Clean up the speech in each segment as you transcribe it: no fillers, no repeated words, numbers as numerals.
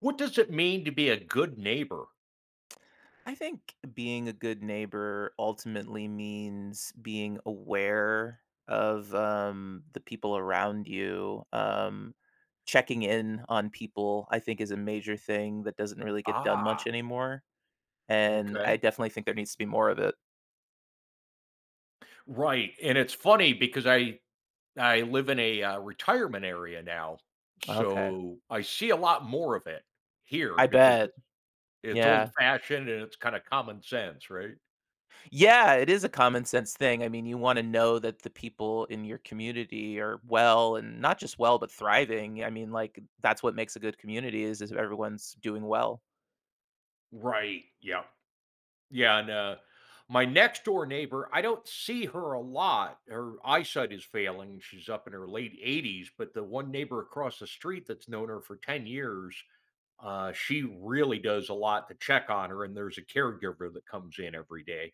What does it mean to be a good neighbor? I think being a good neighbor ultimately means being aware of the people around you. Checking in on people, I think, is a major thing that doesn't really get done Ah, much anymore. And okay. I definitely think there needs to be more of it. Right, and it's funny because I live in a, retirement area now, Okay. so I see a lot more of it here I because bet. it's Yeah. old-fashioned and it's kinda common sense, right? Yeah, it is a common sense thing. I mean, you want to know that the people in your community are well and not just well, but thriving. I mean, like, that's what makes a good community is everyone's doing well. Right, yeah. Yeah, and, my next-door neighbor, I don't see her a lot. Her eyesight is failing, she's up in her late 80s, but the one neighbor across the street that's known her for 10 years. She really does a lot to check on her, and there's a caregiver that comes in every day.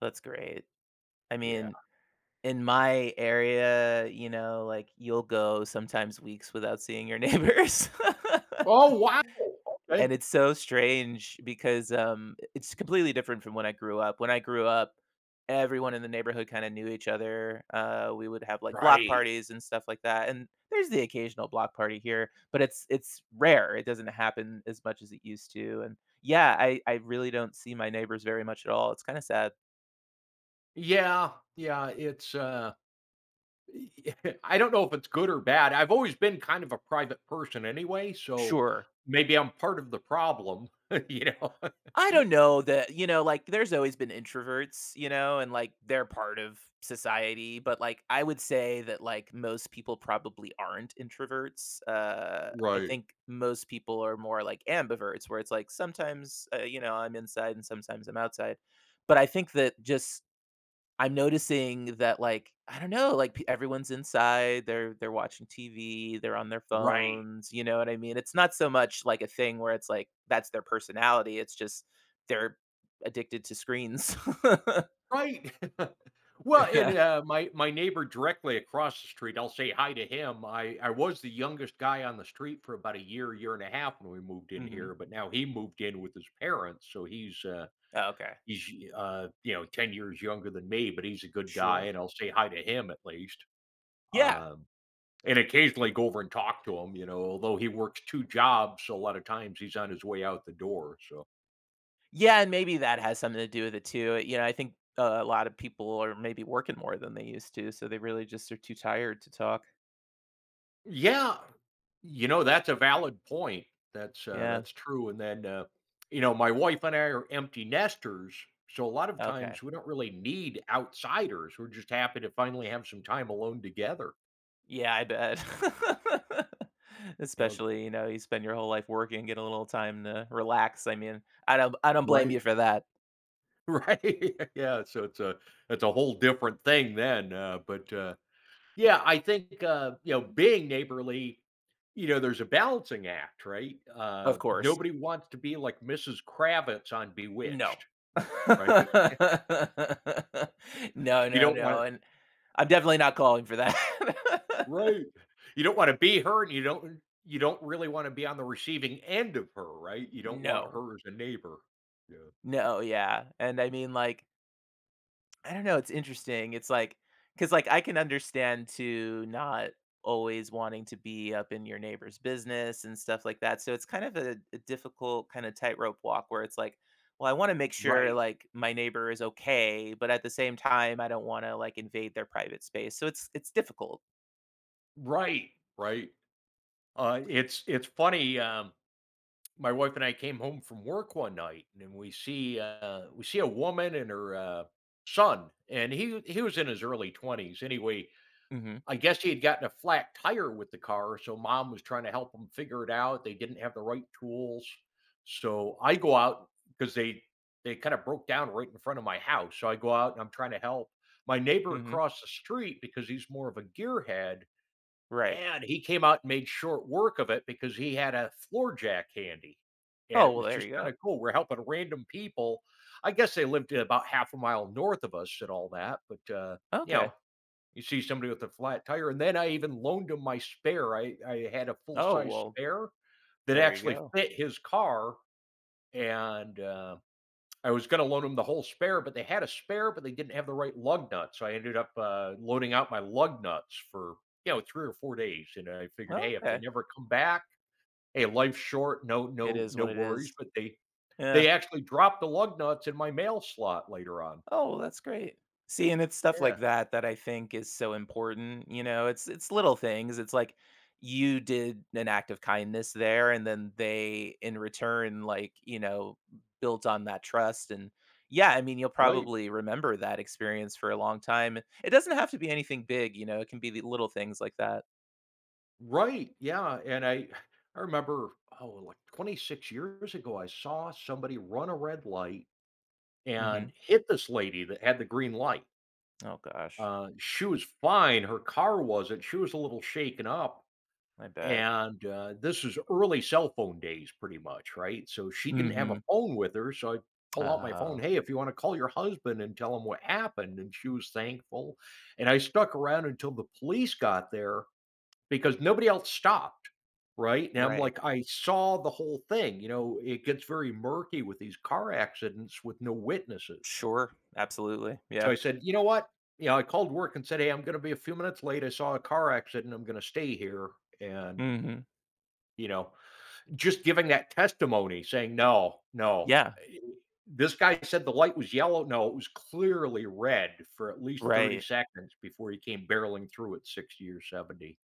That's great. I Yeah. mean, in my area, you know, like you'll go sometimes weeks without seeing your neighbors. Oh, wow. Okay. And it's so strange because it's completely different from when I grew up. When I grew up, everyone in the neighborhood kind of knew each other. We would have like block Right. parties and stuff like that. And there's the occasional block party here, but it's rare. It doesn't happen as much as it used to. And yeah, I really don't see my neighbors very much at all. It's kind of sad. Yeah. Yeah. I don't know if it's good or bad. I've always been kind of a private person anyway. So Sure. maybe I'm part of the problem, you know? I don't know that, you know, like there's always been introverts, you know, and like they're part of society, but like I would say that like most people probably aren't introverts. I Right. think most people are more like ambiverts where it's like sometimes you know, I'm inside and sometimes I'm outside. But I think that just I'm noticing that, like, I don't know, like, p everyone's inside, they're watching TV, they're on their Right. phones, you know what I mean? It's not so much like a thing where it's like that's their personality, it's just they're addicted to screens. Right. Well, Yeah. and, my neighbor directly across the street, I'll say hi to him. I was the youngest guy on the street for about a year, year and a half when we moved in Mhm. here, but now he moved in with his parents, so he's, uh Oh, okay. he's, uh, you know, 10 years younger than me, but he's a good guy, Sure. and I'll say hi to him at least. Yeah. Um, and occasionally go over and talk to him, you know, although he works 2 jobs, so a lot of times he's on his way out the door, so Yeah, and maybe that has something to do with it too. You know, I think a lot of people are maybe working more than they used to, so they really just are too tired to talk. yeah, you know, that's a valid point. Yeah. That's true, and then, you know, my wife and I are empty nesters, so a lot of Okay. times we don't really need outsiders. We're just happy to finally have some time alone together, Yeah, I bet. you know? Especially, you know, you spend your whole life working, get a little time to relax. I mean, I don't blame Right. you for that, Right, yeah, so it's a whole different thing then, yeah, I think, you know, being neighborly, you know, there's a balancing act, right? Of course. Nobody wants to be like Mrs. Kravitz on No. Bewitched, right? No, You no, don't no, wanna and I'm definitely not calling for that. Right. You don't wanna be her, and you don't really wanna be on the receiving end of her, right? You don't want No. her as a neighbor. Yeah. No, yeah, and I mean, like I don't know, it's interesting. It's like, because like, I can understand to not always wanting to be up in your neighbor's business and stuff like that, so it's kind of a difficult kinda tightrope walk where it's like, "Well, I wanna make sure, Right. like, my neighbor is okay, but at the same time, I don't wanna, like, invade their private space," so it's difficult. Right. Right. It's funny, my wife and I came home from work one night, and we see a woman and her, son, and he was in his early 20s. Anyway, Mhm, I guess he had gotten a flat tire with the car, so mom was trying to help him figure it out. They didn't have the right tools. So I go out because they kind of broke down right in front of my house. So I go out and I'm trying to help my neighbor mhm, across the street because he's more of a gearhead. right. Man, he came out and made short work of it because he had a floor jack handy. And Oh, it well, was there just you kind go. of cool. We're helping random people. I guess they lived about half a mile north of us and all that, but you know, Okay. you see somebody with a flat tire, and then I even loaned him my spare. I had a full Oh, size well, spare that there you actually go. fit his car, and, I was gonna loan him the whole spare, but they had a spare, but they didn't have the right lug nut, so I ended up, loading out my lug nuts for, you know, 3 or 4 days, and I figured, Well, "Hey, if they okay. never come back, hey, life's short, no It no is no what it worries," is. but they Yeah. they actually dropped the lug nuts in my mail slot later on. Oh, well, that's great. See, and it's stuff Yeah, like that that I think is so important, you know, it's little things. It's like you did an act of kindness there and then they in return like, you know, built on that trust and yeah, I mean, you'll right. probably remember that experience for a long time. It doesn't have to be anything big, you know, it can be the little things like that. Right, yeah, and I remember, oh, like, 26 years ago, I saw somebody run a red light and Mhm. hit this lady that had the green light. Oh gosh. She was fine, her car wasn't, she was a little shaken up, I bet. and, this was early cell phone days pretty much, right? So, she didn't have a Mhm. phone with her, so I pull out my phone, Oh, "Hey, if you wanna call your husband and tell him what happened," and she was thankful, and I stuck around until the police got there, because nobody else stopped, right? And I'm right. like, I saw the whole thing. You know, it gets very murky with these car accidents with no witnesses. Sure, absolutely. So Yeah. I said, you know what? You know, I called work and said, hey, I'm going to be a few minutes late. I saw a car accident. I'm going to stay here. And, Mhm. you know, just giving that testimony saying, no, no. Yeah, eh, This guy said the light was yellow. No, it was clearly red for at least 30 right. seconds before he came barreling through at 60 or 70.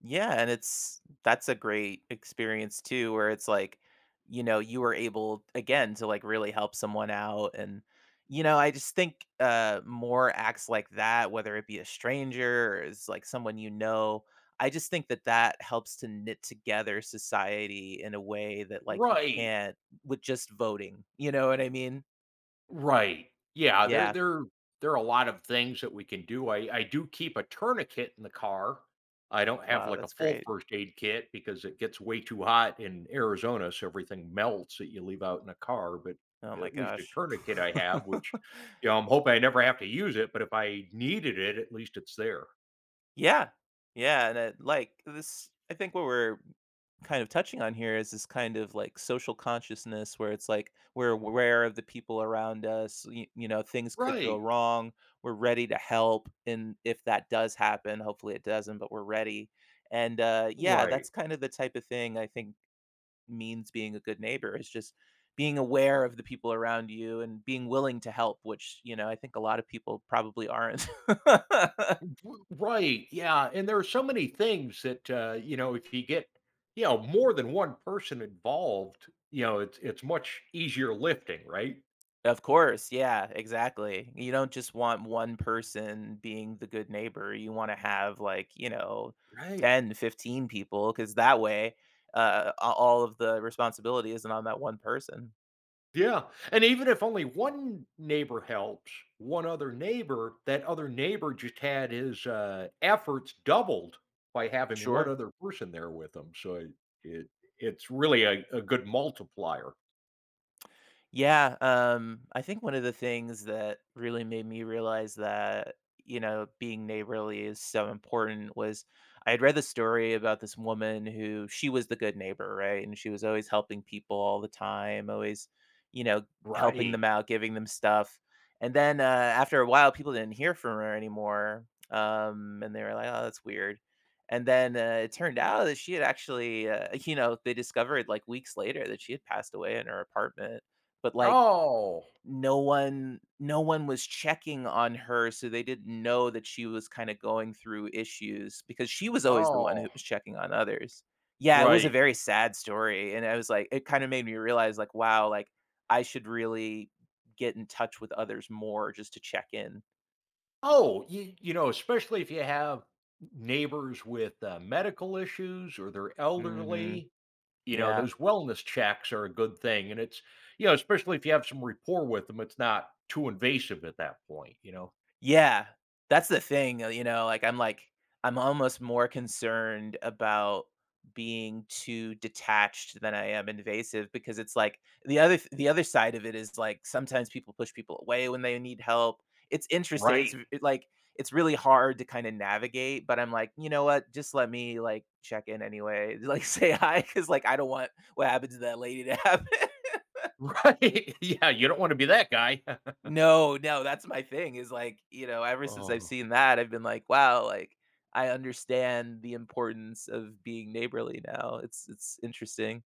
Yeah, and it's that's a great experience too, where it's like, you know, you were able again to like really help someone out. And, you know, I just think more acts like that, whether it be a stranger or is like someone you know, I just think that that helps to knit together society in a way that like you Right. can't with just voting. You know what I mean? Right. Yeah, there Yeah. there there are a lot of things that we can do. I do keep a tourniquet in the car. I don't have, Wow, like, a that's full great. first aid kit because it gets way too hot in Arizona, so everything melts that you leave out in a car, but Oh my at least a gosh. tourniquet I have, which, you know, I'm hoping I never have to use it, but if I needed it, at least it's there. Yeah. Yeah. And it, like this, I think what we're kind of touching on here is this kind of like social consciousness where it's like we're aware of the people around us you, you know things could go Right. wrong, we're ready to help, and if that does happen, hopefully it doesn't, but we're ready. And yeah, that's Right. kind of the type of thing I think means being a good neighbor, is just being aware of the people around you and being willing to help, which you know I think a lot of people probably aren't. W Right, yeah, and there are so many things that, you know, if you get, you know, more than one person involved, you know, it's much easier lifting, right? Of course, yeah, exactly. You don't just want one person being the good neighbor, you wanna have, like, you know, Right. 10, 15 people, because that way, a all of the responsibility isn't on that one person. Yeah, and even if only one neighbor helps, one other neighbor, that other neighbor just had his, efforts doubled by having one Sure. other person there with him, so it it's really a good multiplier. Yeah, I think one of the things that really made me realize that, you know, being neighborly is so important was I had read the story about this woman who she was the good neighbor, right? And she was always helping people all the time, always, you know, helping them Right. out, giving them stuff. And then after a while, people didn't hear from her anymore. And they were like, oh, that's weird. And then it turned out that she had actually, you know, they discovered like weeks later that she had passed away in her apartment, but like Oh, no one was checking on her, so they didn't know that she was kind of going through issues because she was always the one oh. who was checking on others. Yeah, it was a Right. very sad story and I was like it kind of made me realize like wow, like I should really get in touch with others more just to check in. Oh, you know, especially if you have neighbors with, medical issues or they're Mhm. elderly, you know, Yeah. those wellness checks are a good thing, and it's you know, especially if you have some rapport with them, it's not too invasive at that point, you know? Yeah, that's the thing, you know, like I'm almost more concerned about being too detached than I am invasive because it's like the other the other side of it is like sometimes people push people away when they need help. It's interesting. It's Right. It, like it's really hard to kind of navigate, but I'm like, you know what? Just let me like check in anyway. Like say hi because like I don't want what happened to that lady to happen. Right. Yeah, you don't wanna be that guy. No, no, that's my thing is, like, you know, ever since I've Oh, seen that, I've been like, "Wow," like, I understand the importance of being neighborly now. It's interesting.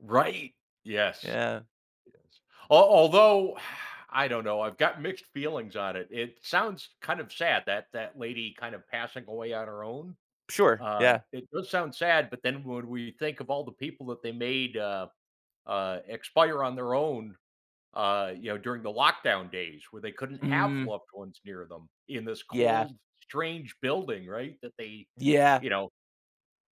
right. Yes, Yeah. yes. Al Although, I don't know, I've got mixed feelings on it. It sounds kind of sad that that lady kind of passing away on her own. Sure. Yeah. It does sound sad, but then when we think of all the people that they made, expire on their own, you know, during the lockdown days where they couldn't have Mm. loved ones near them in this Yeah. cold, strange building, right? That they, Yeah. you know,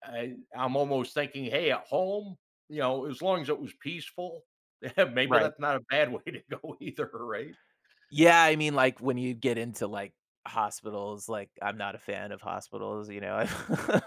I'm almost thinking, hey, at home, you know, as long as it was peaceful, maybe Right. that's not a bad way to go either, right? Yeah, I mean, like, when you get into, like, hospitals, like, I'm not a fan of hospitals, you know? I've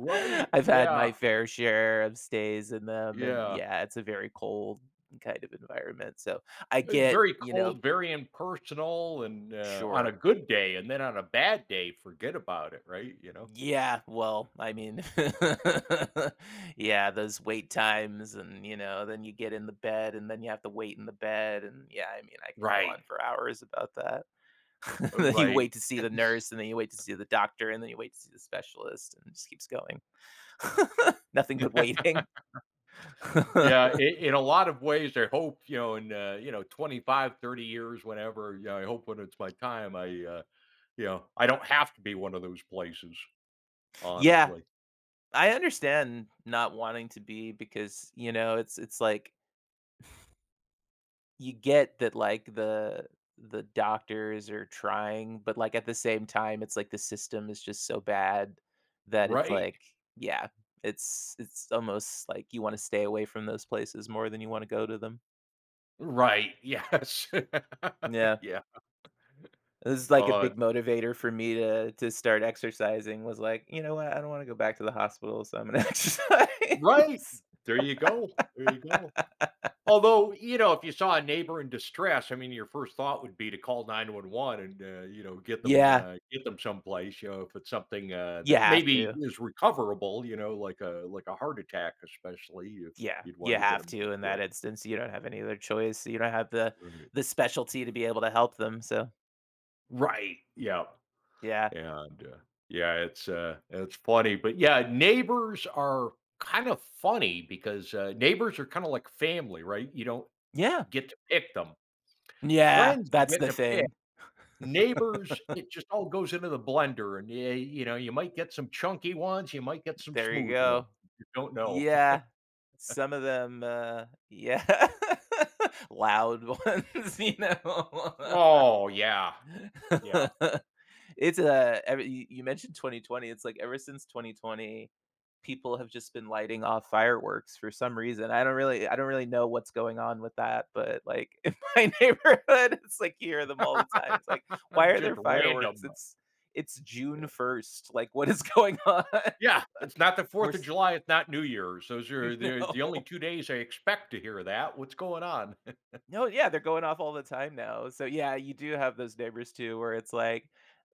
I've had Yeah. my fair share of stays in them, and Yeah. yeah, it's a very cold kind of environment, so I get, Very you know. cold, very impersonal, and, on a Sure. good day, and then on a bad day, forget about it, right, you know? Yeah, well, I mean, yeah, those wait times and, you know, then you get in the bed and then you have to wait in the bed and yeah, I mean, I can go Right. on for hours about that. Then you Right. wait to see the nurse and then you wait to see the doctor and then you wait to see the specialist and it just keeps going. Nothing but waiting. Yeah, I in a lot of ways, I hope, you know, in, you know, 25, 30 years, whenever, you know, I hope when it's my time, you know, I don't have to be one of those places, Yeah, honestly. I understand not wanting to be because, you know, it's like you get that like the doctors are trying, but like at the same time, it's like the system is just so bad that it's Right. like, yeah, it's almost like you want to stay away from those places more than you want to go to them. Right, yes. Yeah. Yeah. This is like a Uh, big motivator for me to start exercising was like, you know what, I don't want to go back to the hospital, so I'm gonna exercise. right! There you go. There you go. Although, you know, if you saw a neighbor in distress, I mean, your first thought would be to call 911 and, you know, Yeah, get them someplace, you know, if it's something you that have maybe to. is recoverable, you know, like a heart attack especially, Yeah, you'd you want to get have them there to in that quick. instance, you don't have any other choice, so you don't have Right. the specialty to be able to help them, so, Right. Yeah. yeah. And yeah, it's funny, but yeah, neighbors are kind of funny because neighbors are kind of like family, right? You don't Yeah, get to pick them. yeah, Friends you that's get the to pick. thing. Neighbors, it just all goes into the blender, and yeah, you know, you might get some chunky ones, you might get some There you smooth ones. go. You don't know. Yeah, some of them, yeah, loud ones, you know? Oh, yeah, yeah. It's, a. Ever you mentioned 2020, it's like ever since 2020 people have just been lighting off fireworks for some reason. I don't really know what's going on with that, but like in my neighborhood, it's like you hear them all the time. It's like, why are Just there fireworks? random. It's Yeah. June 1st. Like what is going on? Yeah, it's not the Or 4th of July, it's not New Year's. Those are the only no. 2 days I expect to hear that. What's going on? No, yeah, they're going off all the time now. So yeah, you do have those neighbors too where it's like,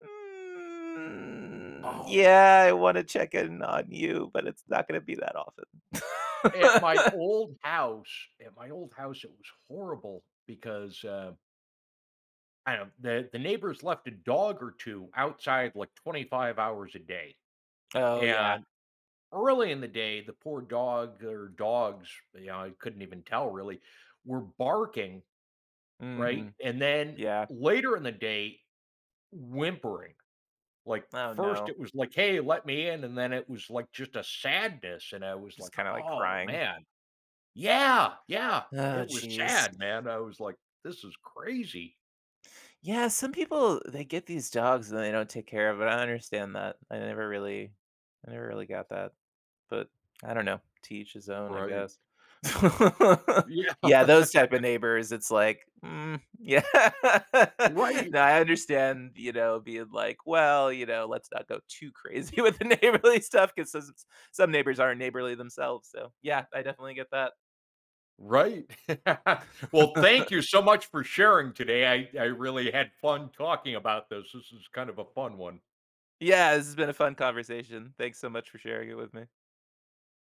"Mm, Oh, yeah, I want to check in on you, but it's not going to be that often." at my old house at my old house, it was horrible because, I don't the neighbors left a dog or 2 outside, like, 25 hours a day. Oh yeah. And early in the day, the poor dog or dogs, you know, I couldn't even tell really, were barking, right? Mhm. And then Yeah. later in the day, whimpering. Like Oh, first no. it was like, hey, let me in. And then it was like just a sadness. And I was like, Just kinda, like, oh crying. man, yeah, yeah. Oh, It was jeez. sad, man. I was like, this is crazy. Yeah, some people, they get these dogs and they don't take care of it, I understand that. I never really got that, but I don't know. To each his own, I Right. guess. Yeah, Yeah, those type of neighbors, it's like, "Mm, yeah." right. No, I understand, you know, being like, "Well, you know, let's not go too crazy with the neighborly stuff," 'cause some neighbors aren't neighborly themselves, so, yeah, I definitely get that. Right. Well, thank you so much for sharing today. I really had fun talking about this. This is kind of a fun one. Yeah, this has been a fun conversation. Thanks so much for sharing it with me.